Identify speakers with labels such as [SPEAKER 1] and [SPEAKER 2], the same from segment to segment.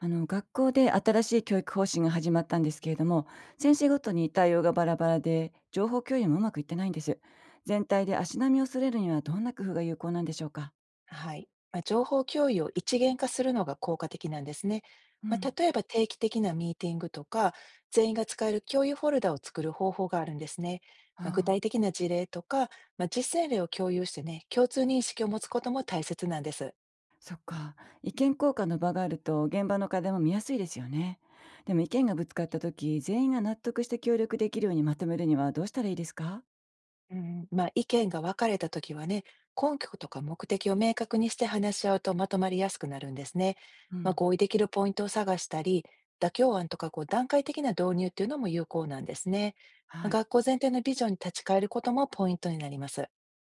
[SPEAKER 1] あの学校で新しい教育方針が始まったんですけれども、先生ごとに対応がバラバラで情報共有もうまくいってないんです。全体で足並みを揃えるにはどんな工夫が有効なんでしょうか？
[SPEAKER 2] はい。情報共有を一元化するのが効果的なんですね。
[SPEAKER 1] うん。
[SPEAKER 2] 例えば定期的なミーティングとか、全員が使える共有フォルダを作る方法があるんですね。具体
[SPEAKER 1] ああ。
[SPEAKER 2] 的な事例とか、実践例を共有してね、共通認識を持つことも大切なんです。
[SPEAKER 1] そっか。意見交換の場があると現場の課題も見やすいですよね。でも意見がぶつかった時、全員が納得して協力できるようにまとめるにはどうしたらいいですか？
[SPEAKER 2] うん、意見が分かれたときはね、根拠とか目的を明確にして話し合うとまとまりやすくなるんですね。
[SPEAKER 1] うん。
[SPEAKER 2] 合意できるポイントを探したり、妥協案とかこう段階的な導入っていうのも有効なんですね。
[SPEAKER 1] はい。
[SPEAKER 2] 学校全体のビジョンに立ち返ることもポイントになります。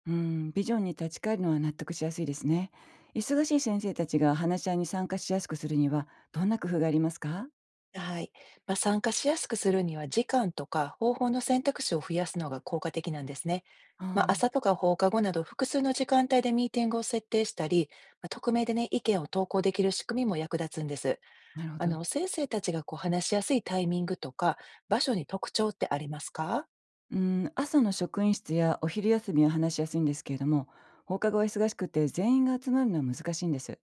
[SPEAKER 1] うーん、ビジョンに立ち返るのは納得しやすいですね。忙しい先生たちが話し合いに参加しやすくするには、どんな工夫がありますか？
[SPEAKER 2] はい。参加しやすくするには時間とか方法の選択肢を増やすのが効果的なんですね。
[SPEAKER 1] あ
[SPEAKER 2] 朝
[SPEAKER 1] あ、
[SPEAKER 2] とか放課後など複数の時間帯でミーティングを設定したり、匿名でね、意見を投稿できる仕組みも役立つんです。
[SPEAKER 1] なるほど。
[SPEAKER 2] 先生たちがこう話しやすいタイミングとか、場所に特徴ってありますか？
[SPEAKER 1] うーん、朝の職員室やお昼休みは話しやすいんですけれども、放課後は忙しくて全員が集まるのは難しいんです。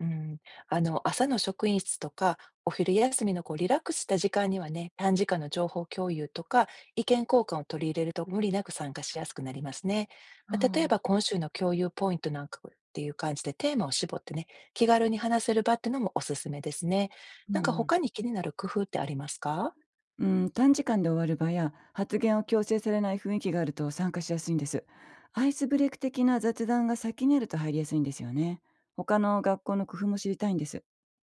[SPEAKER 2] うん。朝の職員室とか、お昼休みのこうリラックスした時間にはね、短時間の情報共有とか、意見交換を取り入れると無理なく参加しやすくなりますね。
[SPEAKER 1] あ
[SPEAKER 2] 例え
[SPEAKER 1] あ、
[SPEAKER 2] ば今週の共有ポイントなんかっていう感じでテーマを絞ってね、気軽に話せる場っていうのもおすすめですね。
[SPEAKER 1] う
[SPEAKER 2] なん
[SPEAKER 1] んう
[SPEAKER 2] か
[SPEAKER 1] ん。
[SPEAKER 2] 他に気になる工夫ってありますか？
[SPEAKER 1] うん、短時間で終わる場や発言を強制されない雰囲気があると参加しやすいんです。アイスブレイク的な雑談が先にあると入りやすいんですよね。他の学校の工夫も知りたいんです。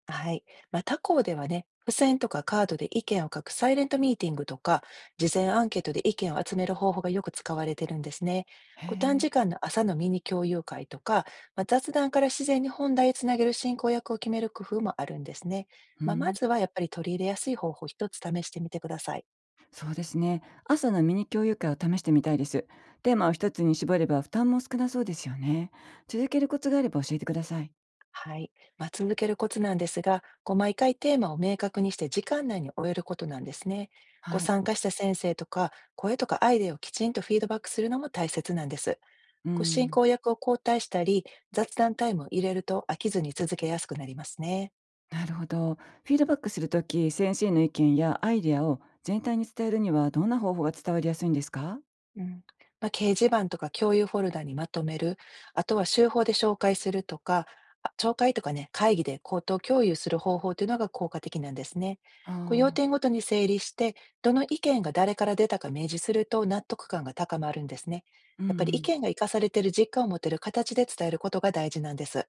[SPEAKER 2] はい。他校ではね、付箋とかカードで意見を書くサイレントミーティングとか、事前アンケートで意見を集める方法がよく使われてるんですね。
[SPEAKER 1] へ
[SPEAKER 2] こう短
[SPEAKER 1] え。
[SPEAKER 2] 時間の朝のミニ共有会とか、雑談から自然に本題へつなげる進行役を決める工夫もあるんですね。
[SPEAKER 1] う
[SPEAKER 2] ま
[SPEAKER 1] ん、
[SPEAKER 2] ずはやっぱり取り入れやすい方法を一つ試してみてください。
[SPEAKER 1] そうですね。朝のミニ共有会を試してみたいです。テーマを一つに絞れば負担も少なそうですよね。続けるコツがあれば教えてください。
[SPEAKER 2] はい。続けるコツなんですが、こう毎回テーマを明確にして時間内に終えることなんですね。こう
[SPEAKER 1] はい。
[SPEAKER 2] 参加した先生とか、声とかアイデアをきちんとフィードバックするのも大切なんです。
[SPEAKER 1] う
[SPEAKER 2] こう進
[SPEAKER 1] ん。
[SPEAKER 2] 行役を交代したり、雑談タイムを入れると飽きずに続けやすくなりますね。
[SPEAKER 1] なるほど。フィードバックするとき、先生の意見やアイデアを全体に伝えるにはどんな方法が伝わりやすいんですか？
[SPEAKER 2] うん。掲示板とか共有フォルダにまとめる、あとは週報で紹介するとか、あ、紹介とかね、会議で口頭共有する方法というのが効果的なんですね。
[SPEAKER 1] あ
[SPEAKER 2] こう要点
[SPEAKER 1] あ。
[SPEAKER 2] ごとに整理して、どの意見が誰から出たか明示すると納得感が高まるんですね。
[SPEAKER 1] うんう
[SPEAKER 2] やっぱり意
[SPEAKER 1] ん。
[SPEAKER 2] 見が生かされている実感を持てる形で伝えることが大事なんです。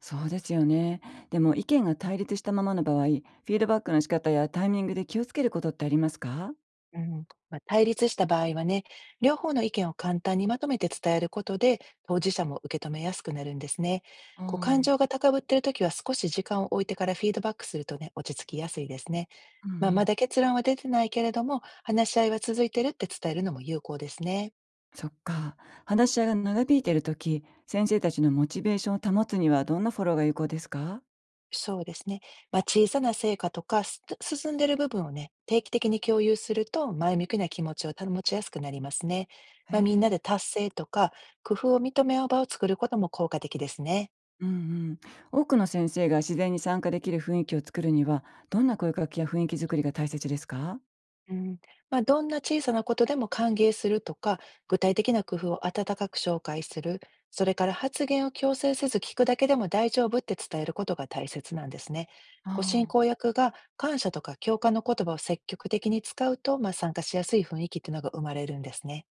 [SPEAKER 1] そうですよね。でも意見が対立したままの場合、フィードバックの仕方やタイミングで気をつけることってありますか？
[SPEAKER 2] うん、対立した場合はね、両方の意見を簡単にまとめて伝えることで、当事者も受け止めやすくなるんですね。
[SPEAKER 1] あ
[SPEAKER 2] こう感
[SPEAKER 1] あ。
[SPEAKER 2] 情が高ぶっているときは少し時間を置いてからフィードバックするとね、落ち着きやすいですね。
[SPEAKER 1] うんう
[SPEAKER 2] ま
[SPEAKER 1] ん。
[SPEAKER 2] だ結論は出てないけれども、話し合いは続いてるって伝えるのも有効ですね。
[SPEAKER 1] そっか。話し合いが長引いているとき、先生たちのモチベーションを保つにはどんなフォローが有効ですか？
[SPEAKER 2] そうですね。小さな成果とか、進んでる部分をね、定期的に共有すると、前向きな気持ちを保ちやすくなりますね。
[SPEAKER 1] へ
[SPEAKER 2] みん
[SPEAKER 1] え。
[SPEAKER 2] なで達成とか、工夫を認め合う場を作ることも効果的ですね。
[SPEAKER 1] うんうん。多くの先生が自然に参加できる雰囲気を作るには、どんな声かけや雰囲気作りが大切ですか？
[SPEAKER 2] うん、どんな小さなことでも歓迎するとか、具体的な工夫を温かく紹介する、それから発言を強制せず聞くだけでも大丈夫って伝えることが大切なんですね。ご進
[SPEAKER 1] ああ。
[SPEAKER 2] 行役が感謝とか共感の言葉を積極的に使うと、参加しやすい雰囲気っていうのが生まれるんですね。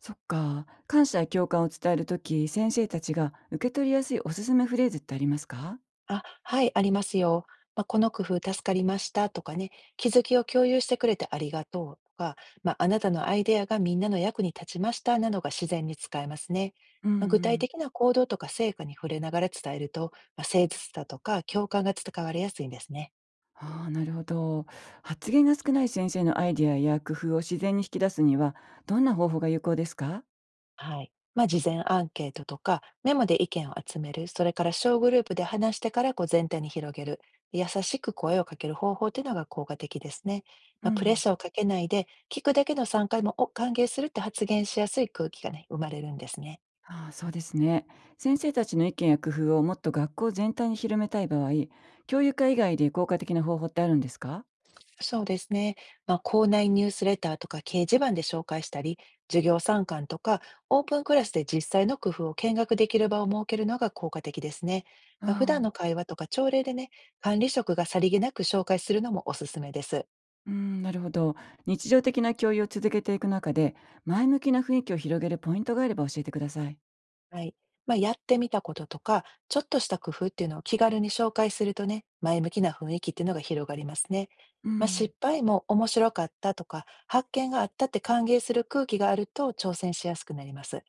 [SPEAKER 1] そっか。感謝や共感を伝えるとき、先生たちが受け取りやすいおすすめフレーズってありますか？
[SPEAKER 2] あ、はい、ありますよ。この工夫助かりましたとかね、気づきを共有してくれてありがとうとか、あなたのアイデアがみんなの役に立ちましたなどが自然に使えますね。
[SPEAKER 1] うんう
[SPEAKER 2] 具体
[SPEAKER 1] ん。
[SPEAKER 2] 的な行動とか成果に触れながら伝えると、誠実さとか共感が伝わりやすいんですね。
[SPEAKER 1] ああ、なるほど。発言が少ない先生のアイディアや工夫を自然に引き出すには、どんな方法が有効ですか？
[SPEAKER 2] はい。事前アンケートとか、メモで意見を集める、それから小グループで話してからこう全体に広げる、優しく声をかける方法というのが効果的ですね。
[SPEAKER 1] う
[SPEAKER 2] プレッ
[SPEAKER 1] ん。
[SPEAKER 2] シャーをかけないで、聞くだけの参加もお歓迎するって発言しやすい空気がね、生まれるんですね。
[SPEAKER 1] ああ、そうですね。先生たちの意見や工夫をもっと学校全体に広めたい場合、教諭会以外で効果的な方法ってあるんですか？
[SPEAKER 2] そうですね。校内ニュースレターとか掲示板で紹介したり、授業参観とか、オープンクラスで実際の工夫を見学できる場を設けるのが効果的ですね。
[SPEAKER 1] う
[SPEAKER 2] 普段
[SPEAKER 1] ん、
[SPEAKER 2] の会話とか朝礼でね、管理職がさりげなく紹介するのもおすすめです。
[SPEAKER 1] うん、なるほど。日常的な教諭を続けていく中で、前向きな雰囲気を広げるポイントがあれば教えてください。
[SPEAKER 2] はい。やってみたこととか、ちょっとした工夫っていうのを気軽に紹介するとね、前向きな雰囲気っていうのが広がりますね。
[SPEAKER 1] うん。
[SPEAKER 2] 失敗も面白かったとか、発見があったって歓迎する空気があると挑戦しやすくなります。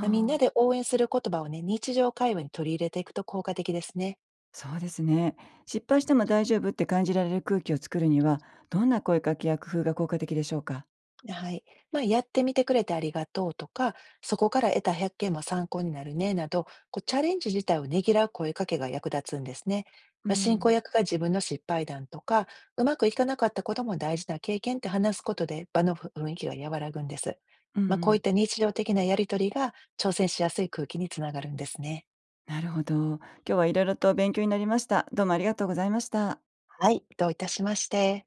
[SPEAKER 2] みんな
[SPEAKER 1] あ、
[SPEAKER 2] で応援する言葉をね、日常会話に取り入れていくと効果的ですね。
[SPEAKER 1] そうですね。失敗しても大丈夫って感じられる空気を作るには、どんな声かけや工夫が効果的でしょうか？
[SPEAKER 2] はい。やってみてくれてありがとうとか、そこから得た発見も参考になるねなど、こうチャレンジ自体をねぎらう声かけが役立つんですね。
[SPEAKER 1] う
[SPEAKER 2] 進行
[SPEAKER 1] ん。
[SPEAKER 2] 役が自分の失敗談とか、うまくいかなかったことも大事な経験って話すことで、場の雰囲気が和らぐんです。
[SPEAKER 1] うんう
[SPEAKER 2] こういっ
[SPEAKER 1] ん。
[SPEAKER 2] た日常的なやり取りが、挑戦しやすい空気につながるんですね。
[SPEAKER 1] なるほど。今日はいろいろと勉強になりました。どうもありがとうございました。
[SPEAKER 2] はい、どういたしまして。